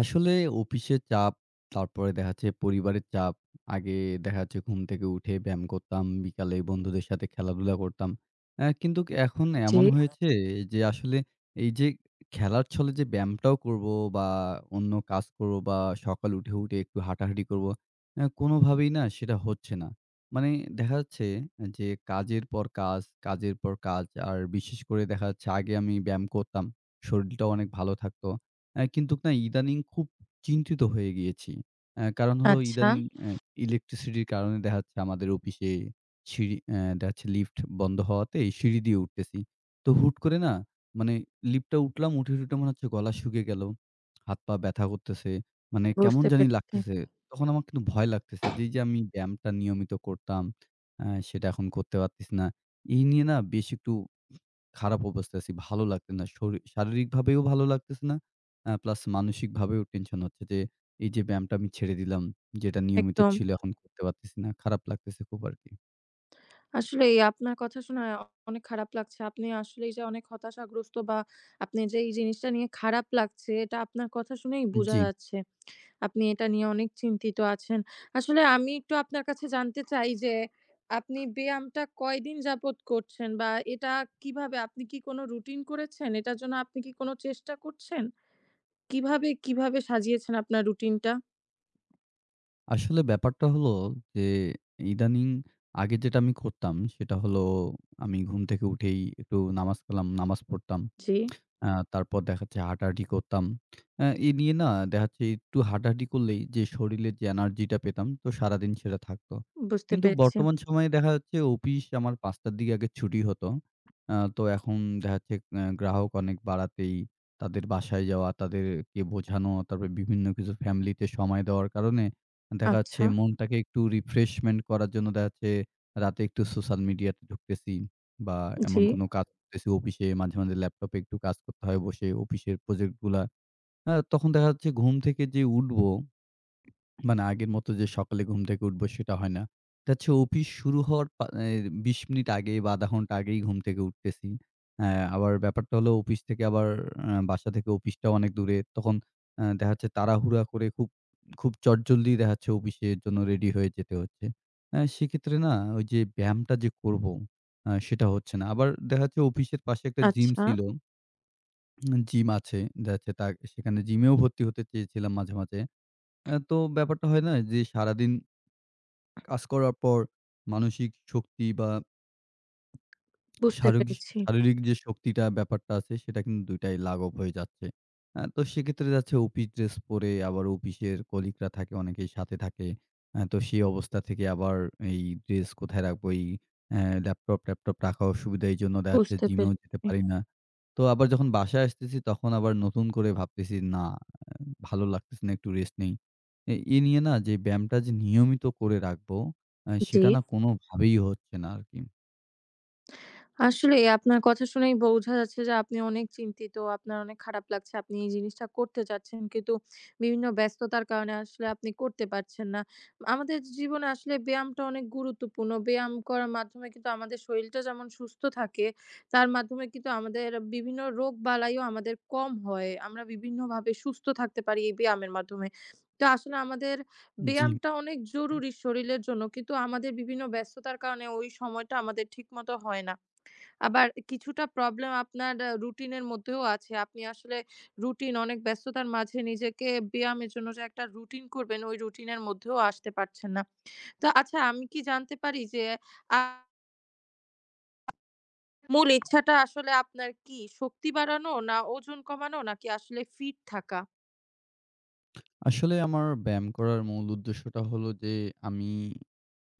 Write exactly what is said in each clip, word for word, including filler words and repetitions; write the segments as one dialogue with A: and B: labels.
A: আসলে অফিসের চাপ, তারপরে দেখা যাচ্ছে পরিবারের চাপ। আগে দেখা যাচ্ছে ঘুম থেকে উঠে ব্যায়াম করতাম, বিকালে বন্ধুদের সাথে খেলাধুলা করতাম। অ্যা কিন্তু এখন
B: জি,
A: এমন হয়েছে যে আসলে এই যে খেলার ছলে যে ব্যায়ামটাও করবো বা অন্য কাজ করবো বা সকালে উঠে, উঠে একটু হাঁটাহাঁটি করবো, অ্যা কোনোভাবেই না সেটা হচ্ছে না। মানে দেখা যাচ্ছে যে কাজের পর কাজ, কাজের পর কাজ। আর বিশেষ করে দেখা যাচ্ছে আগে আমি ব্যায়াম করতাম। শরীলটাও অনেক ভালো থাকতো। অ্যা কিন্তু না ইদানিং খুব চিন্তিত হয়ে গিয়েছি। অ্যা কারণ হলো
B: আচ্ছা
A: ইদানিং অ্যা ইলেকট্রিসিটির কারণে দেখা যাচ্ছে আমাদের অফিসে সিঁড়ি অ্যা দেখা যাচ্ছে লিফট বন্ধ হওয়াতে সিঁড়ি দিয়ে উঠতেছি। তো হুট করে না মানে লিফটটা উঠলাম, উঠে, উঠে মনে হচ্ছে গলা শুকিয়ে গেল। হাত-পা ব্যথা করতেছে। মানে কেমন
B: বুঝতে
A: জানি
B: পেরেছি।
A: লাগতেছে। তখন আমার কিন্তু ভয় লাগতেছে যে, এই যে আমি ব্যায়ামটা নিয়মিত করতাম, অ্যা সেটা এখন করতে পারতেছি না। এই নিয়ে না বেশ একটু খারাপ অবস্থায় আছি, ভালো লাগতেছে না। শরী শারীরিকভাবেও ভালো লাগতেছে না। আ প্লাস মানসিকভাবেও টেনশন হচ্ছে যে, এই যে ব্যায়ামটা আমি ছেড়ে দিলাম, যেটা নিয়মিত
B: একদম।
A: ছিল এখন করতে পারতেছি না। খারাপ লাগতেছে খুব আরকি।
B: আসলেই আপনার কথা শুনে অনেক খারাপ লাগছে। আপনি আসলেই যে অনেক হতাশাগ্রস্ত বা আপনি যে এই জিনিসটা নিয়ে খারাপ লাগছে এটা আপনার কথা শুনেই বোঝা
A: জি,
B: যাচ্ছে। আপনি এটা নিয়ে অনেক চিন্তিত আছেন। আসলে আমি একটু আপনার কাছে জানতে চাই যে আপনি ব্যায়ামটা কয়দিন যাবত করছেন? বা এটা কিভাবে আপনি কি কোনো রুটিন করেছেন? এটার জন্য আপনি কি কোনো চেষ্টা করছেন? কিভাবে, কিভাবে সাজিয়েছেন আপনার রুটিনটা?
A: আসলে ব্যাপারটা হলো যে ইদানিং আগে যেটা আমি করতাম সেটা হলো আমি ঘুম থেকে উঠেই একটু নামাজ কালাম নামাজ পড়তাম।
B: জি,
A: আ তারপর দেখা যাচ্ছে হাঁটাহাঁটি করতাম। আ এ নিয়ে না দেখা যাচ্ছে একটু হাঁটাহাঁটি করলেই যে শরীরে যে এনার্জিটা পেতাম তো সারাদিন সেটা থাকতো।
B: বুঝতে
A: কিন্তু
B: পেরেছি।
A: বর্তমান সময়ে দেখা যাচ্ছে অফিস আমার পাঁচটা র দিকে আগে ছুটি হতো। আ তো এখন দেখা যাচ্ছে আ গ্রাহক অনেক বাড়াতেই তাদের বাসায় যাওয়া, তাদেরকে বোঝানো, তারপরে বিভিন্ন কিছু ফ্যামিলিতে সময় দেওয়ার কারণে দেখা যাচ্ছে
B: আচ্ছা।
A: মনটাকে একটু রিফ্রেশমেন্ট করার জন্য দেখা যাচ্ছে রাতে একটু সোশ্যাল মিডিয়াতে ঢুকতেছি বা এমন
B: জি,
A: কোনো কাজ করতেছি অফিসে, মাঝে, মাঝে ল্যাপটপে একটু কাজ করতে হয় বসে অফিসের প্রজেক্ট গুলা। হ্যাঁ, তখন দেখা যাচ্ছে ঘুম থেকে যে উঠবো মানে আগের মতো যে সকালে ঘুম থেকে উঠবো সেটা হয় না। এটা হচ্ছে অফিস শুরু হওয়ার পা এ বিশ মিনিট আগে বা আধা ঘন্টা আগেই ঘুম থেকে উঠতেছি। অ্যা আবার ব্যাপারটা হলো অফিস থেকে আবার আ বাসা থেকে অফিসটাও অনেক দূরে। তখন আ দেখা যাচ্ছে তাড়াহুড়া করে খুব, খুব চটজলদি দেখা যাচ্ছে অফিসের জন্য রেডি হয়ে যেতে হচ্ছে। অ্যা সেক্ষেত্রে না ওই যে ব্যায়ামটা যে করবো আ সেটা হচ্ছে না। আবার দেখা যাচ্ছে অফিসের পাশে একটা জিম
B: আচ্ছা
A: ছিল। জিম আছে। দেখা যাচ্ছে তা সেখানে জিমেও ভর্তি হতে চেয়েছিলাম মাঝে, মাঝে। অ্যা তো ব্যাপারটা হয় না যে সারাদিন কাজ করার পর মানসিক শক্তি বা
B: বুঝতে
A: শারগিক
B: পেরেছি,
A: শারীরিক যে শক্তিটা ব্যাপারটা আছে সেটা কিন্তু দুই টাই লাঘব হয়ে যাচ্ছে। অ্যা তো সেক্ষেত্রে যাচ্ছে অফিস ড্রেস পরে আবার অফিসের কলিগরা থাকে অনেকেই সাথে থাকে। অ্যা তো সেই অবস্থা থেকে আবার এই ড্রেস কোথায় রাখবো? এই অ্যা ল্যাপটপ-ট্যাপটপ রাখা অসুবিধা। এইজন্য দেখা যাচ্ছে
B: বুঝতে
A: জিমেও যেতে
B: পেরেছি।
A: পারি না। তো আবার যখন বাসায় আসতেছি তখন আবার নতুন করে ভাবতেছি না ভালো লাগতেছে না, একটু রেস্ট নেই। এ এ নিয়ে না যে ব্যায়ামটা যে নিয়মিত করে রাখবো, আ
B: জি।
A: সেটা না কোনোভাবেই হচ্ছে না আরকি।
B: আসলে আপনার কথা শুনেই বোঝা যাচ্ছে যে আপনি অনেক চিন্তিত। আপনার অনেক খারাপ লাগছে। আপনি এই জিনিসটা করতে চাচ্ছেন কিন্তু বিভিন্ন ব্যস্ততার কারণে আসলে আপনি করতে পারছেন না। আমাদের জীবনে আসলে ব্যায়ামটা অনেক গুরুত্বপূর্ণ। ব্যায়াম করার মাধ্যমে কিন্তু আমাদের শরীরটা যেমন সুস্থ থাকে, তার মাধ্যমে কিন্তু আমাদের বিভিন্ন রোগবালাইও আমাদের কম হয়। আমরা বিভিন্নভাবে সুস্থ থাকতে পারি এই ব্যায়ামের মাধ্যমে। তো আসলে আমাদের
A: জি।
B: ব্যায়ামটা অনেক জরুরি শরীরের জন্য। কিন্তু আমাদের বিভিন্ন ব্যস্ততার কারণে ওই সময়টা আমাদের ঠিকমতো হয় না। আবার কিছুটা প্রবলেম আপনার আ রুটিনের মধ্যেও আছে। আপনি আসলে রুটিন অনেক ব্যস্ততার মাঝে নিজেকে ব্যায়ামের জন্য যে একটা রুটিন করবেন, ওই রুটিনের মধ্যেও আসতে পারছেন না। তো আচ্ছা আমি কি জানতে পারি যে আ মূল ইচ্ছাটা আসলে আপনার কি? শক্তি বাড়ানো না ওজন কমানো নাকি আসলে ফিট থাকা?
A: আসলে আমার ব্যায়াম করার মূল উদ্দেশ্যটা হলো যে আমি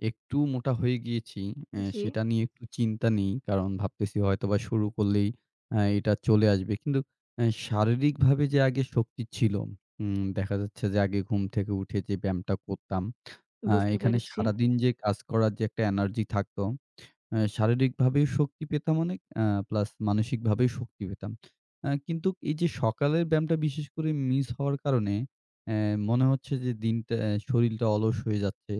A: একটু মোটা হয়ে গিয়েছি। অ্যা
B: জি,
A: সেটা নিয়ে একটু চিন্তা নেই। কারণ ভাবতেছি হয়তোবা শুরু করলেই অ্যা এটা চলে আসবে। কিন্তু অ্যা শারীরিকভাবে যে আগে শক্তি ছিল, উম দেখা যাচ্ছে যে আগে ঘুম থেকে উঠে যে ব্যায়ামটা করতাম, আ
B: বুঝতে
A: এখানে
B: পেরেছি।
A: সারাদিন যে কাজ করার যে একটা এনার্জি থাকতো, অ্যা শারীরিকভাবেও শক্তি পেতাম অনেক, আ প্লাস মানসিকভাবেও শক্তি পেতাম। আ কিন্তু এই যে সকালের ব্যায়ামটা বিশেষ করে মিস হওয়ার কারণে অ্যা মনে হচ্ছে যে দিনটা শরীলটা অলস হয়ে যাচ্ছে।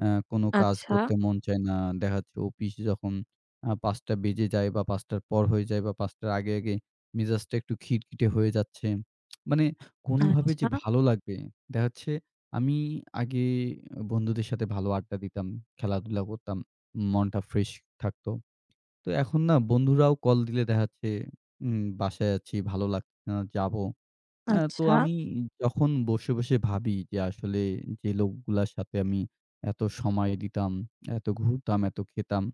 A: অ্যা কোনো কাজ
B: আচ্ছা,
A: করতে মন চায় না। দেখা যাচ্ছে অফিস যখন আ পাঁচটা বেজে যায় বা পাঁচটা র পর হয়ে যায় বা পাঁচটা র আগে, আগে মেজাজটা একটু খিটখিটে হয়ে যাচ্ছে। মানে কোনোভাবে
B: আচ্ছা,
A: যে ভালো লাগবে, দেখা যাচ্ছে আমি আগে বন্ধুদের সাথে ভালো আড্ডা দিতাম, খেলাধুলা করতাম, মনটা ফ্রেশ থাকতো। তো এখন না বন্ধুরাও কল দিলে দেখা যাচ্ছে উম বাসায় আছি, ভালো লাগছে না, যাবো আ তো
B: আচ্ছা।
A: আমি যখন বসে, বসে ভাবি যে আসলে যে লোকগুলার সাথে আমি এত সময় দিতাম, এত ঘুরতাম, এত খেতাম।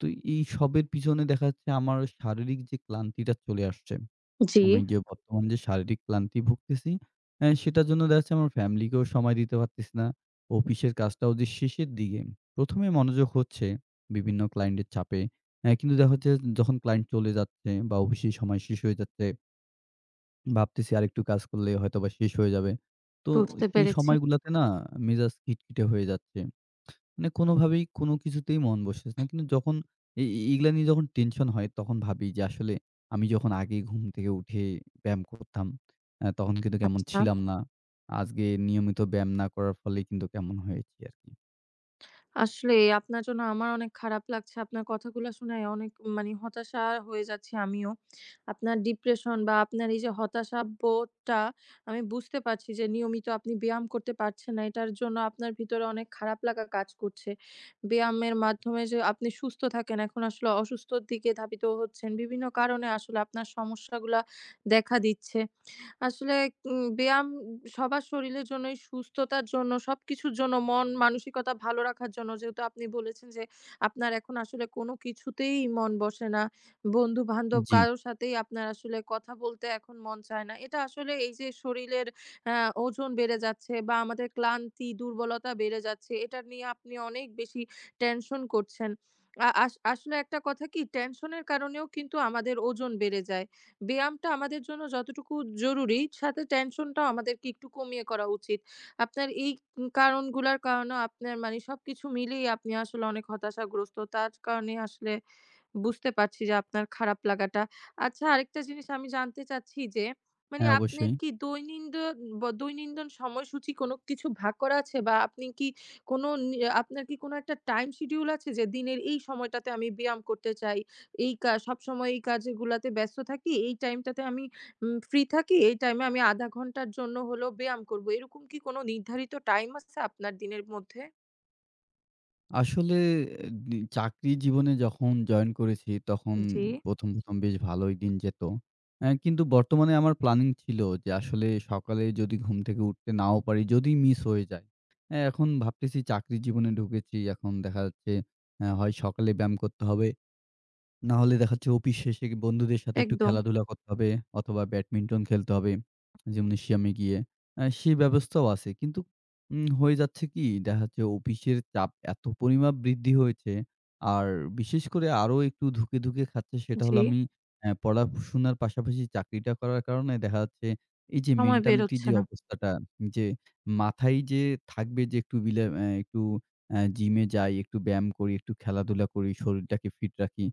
A: তো এইসবের পিছনে দেখা যাচ্ছে আমার শারীরিক যে ক্লান্তিটা চলে আসছে।
B: জি,
A: আমি যে বর্তমান যে শারীরিক ক্লান্তি ভুগতেছি, অ্যা সেটার জন্য দেখা যাচ্ছে আমার ফ্যামিলিকেও সময় দিতে পারতেছি না। অফিসের কাজটাও যে শেষের দিকে, ১ম এ মনোযোগ হচ্ছে বিভিন্ন ক্লায়েন্টের চাপে। অ্যা কিন্তু দেখা যাচ্ছে যখন ক্লায়েন্ট চলে যাচ্ছে বা অফিসের সময় শেষ হয়ে যাচ্ছে ভাবতেছি আরেকটু কাজ করলে হয়তোবা শেষ হয়ে যাবে। তো
B: বুঝতে
A: সেই
B: পেরেছি।
A: সময়গুলাতে না মেজাজ খিটখিটে হয়ে যাচ্ছে। মানে কোনোভাবেই কোনো কিছুতেই মন বসতেছে না। কিন্তু যখন এই এই এগুলা নিয়ে যখন টেনশন হয় তখন ভাবি যে আসলে আমি যখন আগে ঘুম থেকে উঠে ব্যায়াম করতাম আ তখন কিন্তু কেমন
B: আচ্ছা।
A: ছিলাম না। আজকে নিয়মিত ব্যায়াম না করার ফলে কিন্তু কেমন হয়েছি আরকি।
B: আসলে আপনার জন্য আমার অনেক খারাপ লাগছে। আপনার কথাগুলা শুনে অনেক মানে হতাশা হয়ে যাচ্ছি আমিও। আপনার ডিপ্রেশন বা আপনার এই যে হতাশা বোধটা আমি বুঝতে পারছি যে নিয়মিত আপনি ব্যায়াম করতে পারছেন না। এটার জন্য আপনার ভিতরে অনেক খারাপ লাগা কাজ করছে। ব্যায়ামের মাধ্যমে যে আপনি সুস্থ থাকেন, এখন আসলে অসুস্থর দিকে ধাবিত হচ্ছেন। বিভিন্ন কারণে আসলে আপনার সমস্যাগুলা দেখা দিচ্ছে। আসলে উম ব্যায়াম সবার শরীরের জন্যই সুস্থতার জন্য সবকিছুর জন্য মন মানসিকতা ভালো রাখার জন্য যেহেতু আপনি বলেছেন যে আপনার এখন আসলে কোনো কিছুতেই মন বসে না। বন্ধু-বান্ধব
A: জি,
B: কারো সাথেই আপনার আসলে কথা বলতে এখন মন চায় না। এটা আসলে এই যে শরীরের অ্যা ওজন বেড়ে যাচ্ছে বা আমাদের ক্লান্তি, দুর্বলতা বেড়ে যাচ্ছে এটা নিয়ে আপনি অনেক বেশি টেনশন করছেন। আ আস আসলে একটা কথা কি টেনশনের কারণেও কিন্তু আমাদের ওজন বেড়ে যায়। ব্যায়ামটা আমাদের জন্য যতটুকু জরুরি, সাথে টেনশনটাও আমাদেরকে একটু কমিয়ে করা উচিত। আপনার এই উম কারণগুলার কারণেও আপনার মানে সবকিছু মিলিয়ে আপনি আসলে অনেক হতাশাগ্রস্ত। তার কারণে আসলে বুঝতে পারছি যে আপনার খারাপ লাগাটা। আচ্ছা আরেকটা জিনিস আমি জানতে চাচ্ছি যে, মানে
A: হ্যাঁ
B: আপনার
A: অবশ্যই।
B: কি দৈনিন্দ ব দৈনন্দিন সময়সূচি কোনো কিছু ভাগ করা আছে? বা আপনি কি কোনো নি আপনার কি কোনো একটা টাইম শিডিউল আছে যে, দিনের এই সময়টাতে আমি ব্যায়াম করতে চাই, এই কা সবসময় এই কাজগুলাতে ব্যস্ত থাকি, এই টাইমটাতে আমি উম ফ্রি থাকি, এই টাইমে আমি আধা ঘন্টার জন্য হলেও ব্যায়াম করব। এরকম কি কোনো নির্ধারিত টাইম আছে আপনার দিনের মধ্যে?
A: আসলে এ দি চাকরি জীবনে যখন জয়েন করেছি, তখন
B: জি,
A: ১ম, ১ম বেশ ভালোই দিন যেত। অ্যা কিন্তু বর্তমানে আমার প্ল্যানিং ছিল যে আসলে সকালে যদি ঘুম থেকে উঠতে নাও পারি, যদি মিস হয়ে যায়। অ্যা এখন ভাবতেছি চাকরি জীবনে ঢুকেছি। এখন দেখা যাচ্ছে অ্যা হয় সকালে ব্যায়াম করতে হবে না হলে দেখা যাচ্ছে অফিস শেষে বন্ধুদের সাথে একটু
B: একদম।
A: খেলাধুলা করতে হবে অথবা ব্যাডমিন্টন খেলতে হবে জিমনেশিয়ামে গিয়ে। আ সেই ব্যবস্থাও আছে। কিন্তু উম হয়ে যাচ্ছে কি দেখা যাচ্ছে অফিসের চাপ এত পরিমাপ বৃদ্ধি হয়েছে। আর বিশেষ করে আরো একটু ধুঁকে, ধুঁকে খাচ্ছে সেটা
B: জি,
A: হলো আমি অ্যা পড়াশোনার পাশাপাশি চাকরিটা করার কারণে দেখা যাচ্ছে এই যে
B: সময় বের
A: মেন্টালিটি
B: হচ্ছে
A: যে
B: না।
A: অবস্থাটা যে মাথায় যে থাকবে যে একটু বিলে অ্যা একটু অ্যা জিমে যাই, একটু ব্যায়াম করি, একটু খেলাধুলা করি, শরীরটাকে ফিট রাখি।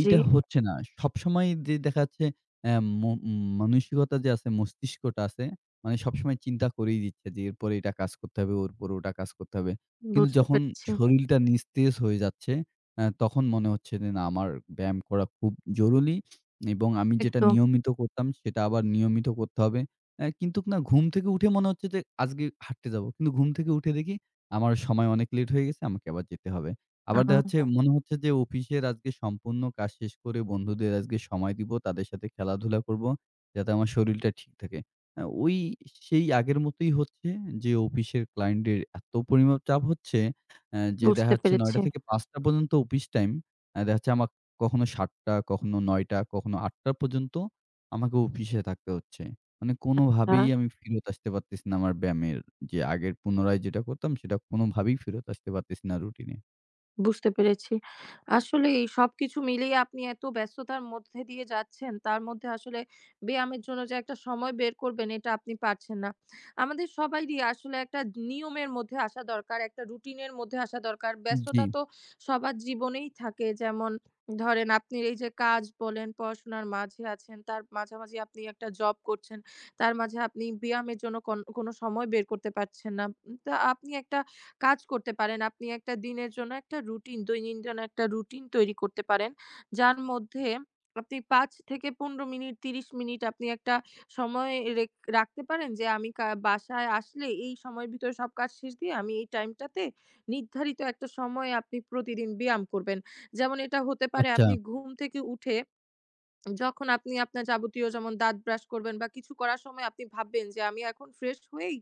B: জি।
A: হচ্ছে না। সবসময় যে দেখা যাচ্ছে অ্যা ম উম, মানসিকতা যে আছে, মস্তিষ্কটা আছে, মানে সবসময় চিন্তা করেই দিচ্ছে যে এরপরে এটা কাজ করতে হবে, ওর পরে ওটা কাজ করতে হবে। কিন্তু
B: বুঝতে
A: যখন
B: পেরেছি।
A: শরীরটা নিস্তেজ হয়ে যাচ্ছে, অ্যা তখন মনে হচ্ছে যে না আমার ব্যায়াম করা খুব জরুরি এবং আমি যেটা
B: একদম
A: নিয়মিত করতাম সেটা আবার নিয়মিত করতে হবে। অ্যা কিন্তুক না ঘুম থেকে উঠে মনে হচ্ছে যে আজকে হাঁটতে যাবো। কিন্তু ঘুম থেকে উঠে দেখি আমার সময় অনেক লেট হয়ে গেছে। আমাকে আবার যেতে হবে। আবার দেখা যাচ্ছে
B: আ
A: মনে হচ্ছে যে অফিসের আজকে সম্পূর্ণ কাজ শেষ করে বন্ধুদের আজকে সময় দিব, তাদের সাথে খেলাধুলা করব। যাতে আমার শরীরটা ঠিক থাকে। আ ওই সেই আগের মতোই হচ্ছে যে অফিসের ক্লায়েন্টের এত পরিমাপ চাপ হচ্ছে আ যে দেখা
B: বুঝতে
A: যাচ্ছে
B: পেরেছি।
A: নয়টা থেকে পাঁচটা পর্যন্ত অফিস টাইম। আ দেখা যাচ্ছে আমার কখনো সাতটা কখনো নয়টা কখনো আটটা পর্যন্ত আমাকে অফিসে থাকতে হচ্ছে। মানে
B: আ
A: কোনোভাবেই আমি ফেরত আসতে পারতেছি না আমার ব্যায়ামের যে আগের পুনরায় যেটা করতাম সেটা কোনোভাবেই ফেরত আসতে পারতেছি না রুটিনে।
B: বুঝতে পেরেছি। আসলেই সবকিছু মিলিয়ে আপনি এত ব্যস্ততার মধ্যে দিয়ে যাচ্ছেন, তার মধ্যে আসলে ব্যায়ামের জন্য যে একটা সময় বের করবেন, এটা আপনি পারছেন না। আমাদের সবাইরই আসলে একটা নিয়মের মধ্যে আসা দরকার, একটা রুটিনের মধ্যে আসা দরকার।
A: জি।
B: ব্যস্ততা তো সবার জীবনেই থাকে। যেমন ধরেন আপনি এই যে কাজ বলেন, পড়াশোনার মাঝে আছেন, তার মাঝামাঝি আপনি একটা জব করছেন, তার মাঝে আপনি ব্যায়ামের জন্য কন কোনো সময় বের করতে পারছেন না। উম তা আপনি একটা কাজ করতে পারেন। আপনি একটা দিনের জন্য একটা রুটিন দৈনন্দিন একটা রুটিন তৈরি করতে পারেন। যার মধ্যে আপনি পাঁচ থেকে পনেরো মিনিট ত্রিশ মিনিট আপনি একটা সময় রেখ রাখতে পারেন যে আমি কা বাসায় আসলে এই সময়ের ভিতরে সব কাজ শেষ দিয়ে আমি এই টাইমটাতে নির্ধারিত একটা সময় আপনি প্রতিদিন ব্যায়াম করবেন। যেমন এটা হতে পারে
A: আচ্ছা,
B: আপনি ঘুম থেকে উঠে যখন আপনি আপনার যাবতীয় যেমন দাঁত ব্রাশ করবেন বা কিছু করার সময় আপনি ভাববেন যে আমি এখন ফ্রেশ হয়েই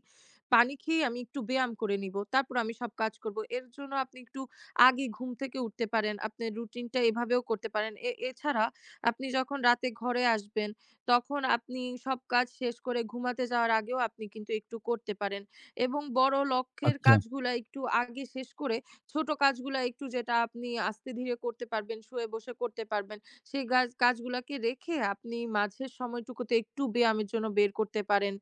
B: পানি খেয়ে আমি একটু ব্যায়াম করে নিব। তারপর আমি সব কাজ করব। এর জন্য আপনি একটু আগে ঘুম থেকে উঠতে পারেন। আপনার রুটিনটা এভাবেও করতে পারেন। এ এছাড়া আপনি যখন রাতে ঘরে আসবেন তখন আপনি সব কাজ শেষ করে ঘুমাতে যাওয়ার আগেও আপনি কিন্তু একটু করতে পারেন। এবং বড় লক্ষ্যের
A: আচ্ছা,
B: কাজগুলা একটু আগে শেষ করে ছোট কাজগুলা একটু যেটা আপনি আস্তে ধীরে করতে পারবেন, শুয়ে বসে করতে পারবেন সেই গাজ কাজগুলাকে রেখে আপনি মাঝের সময়টুকুতে একটু ব্যায়ামের জন্য বের করতে পারেন।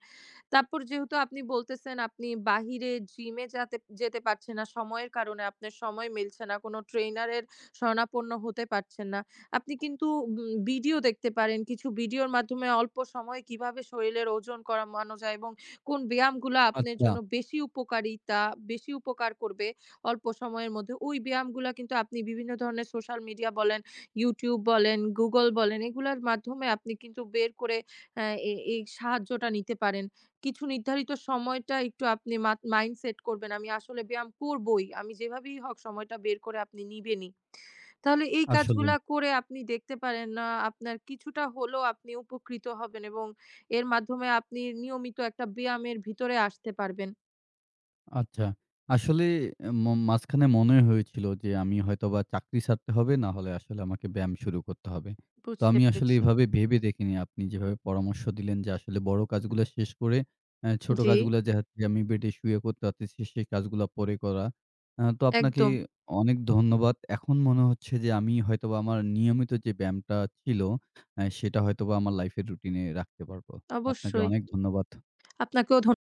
B: তারপর যেহেতু আপনি বলতেছেন আপনি বাহিরে জিমে যাতে যেতে পারছেন না সময়ের কারণে আপনার সময় মিলছে না, কোনো ট্রেইনারের শরণাপন্ন হতে পারছেন না। আপনি কিন্তু উম ভিডিও দেখতে পারেন। কিছু ভিডিওর মাধ্যমে অল্প সময়ে কিভাবে শরীরের ওজন কমানো যায় এবং কোন ব্যায়ামগুলা আপনার
A: আচ্ছা।
B: জন্য বেশি উপকারিতা, বেশি উপকার করবে অল্প সময়ের মধ্যে, ওই ব্যায়ামগুলা কিন্তু আপনি বিভিন্ন ধরনের সোশ্যাল মিডিয়া বলেন, YouTube বলেন, Google বলেন এগুলার মাধ্যমে আপনি কিন্তু বের করে অ্যা এ এই সাহায্যটা নিতে পারেন। কিছু নির্ধারিত সময়টা একটু আপনি মাত মাইন্ড সেট করবেন। আমি আসলে ব্যায়াম করবই। আমি যেভাবেই হোক সময়টা বের করে আপনি নিবেনই। তাহলে এই
A: আসলে।
B: কাজগুলা করে আপনি দেখতে পারেন আ আপনার কিছুটা হলেও আপনি উপকৃত হবেন এবং এর মাধ্যমে আপনি নিয়মিত একটা ব্যায়ামের ভিতরে আসতে পারবেন।
A: আচ্ছা। আসলে ম মাঝখানে মনে হয়েছিল যে আমি হয়তোবা চাকরি ছাড়তে হবে, না হলে আসলে আমাকে ব্যায়াম শুরু করতে হবে। তো
B: বুঝতে
A: আমি আসলে
B: পেরেছি।
A: এভাবে ভেবে দেখিনি। আপনি যেভাবে পরামর্শ দিলেন যে আসলে বড় কাজগুলা শেষ করে অ্যা ছোট
B: জি,
A: কাজগুলা যে হচ্ছে আমি বেডে শুয়ে করতে পারতেছি সেই কাজগুলা পরে করা। আ তো আপনাকে
B: একদম।
A: অনেক ধন্যবাদ। এখন মনে হচ্ছে যে আমি হয়তোবা আমার নিয়মিত যে ব্যায়ামটা ছিল, অ্যা সেটা হয়তোবা আমার লাইফের রুটিনে রাখতে পারবো। আপনাকে
B: অবশ্যই।
A: অনেক ধন্যবাদ।
B: আপনাকেও ধন্য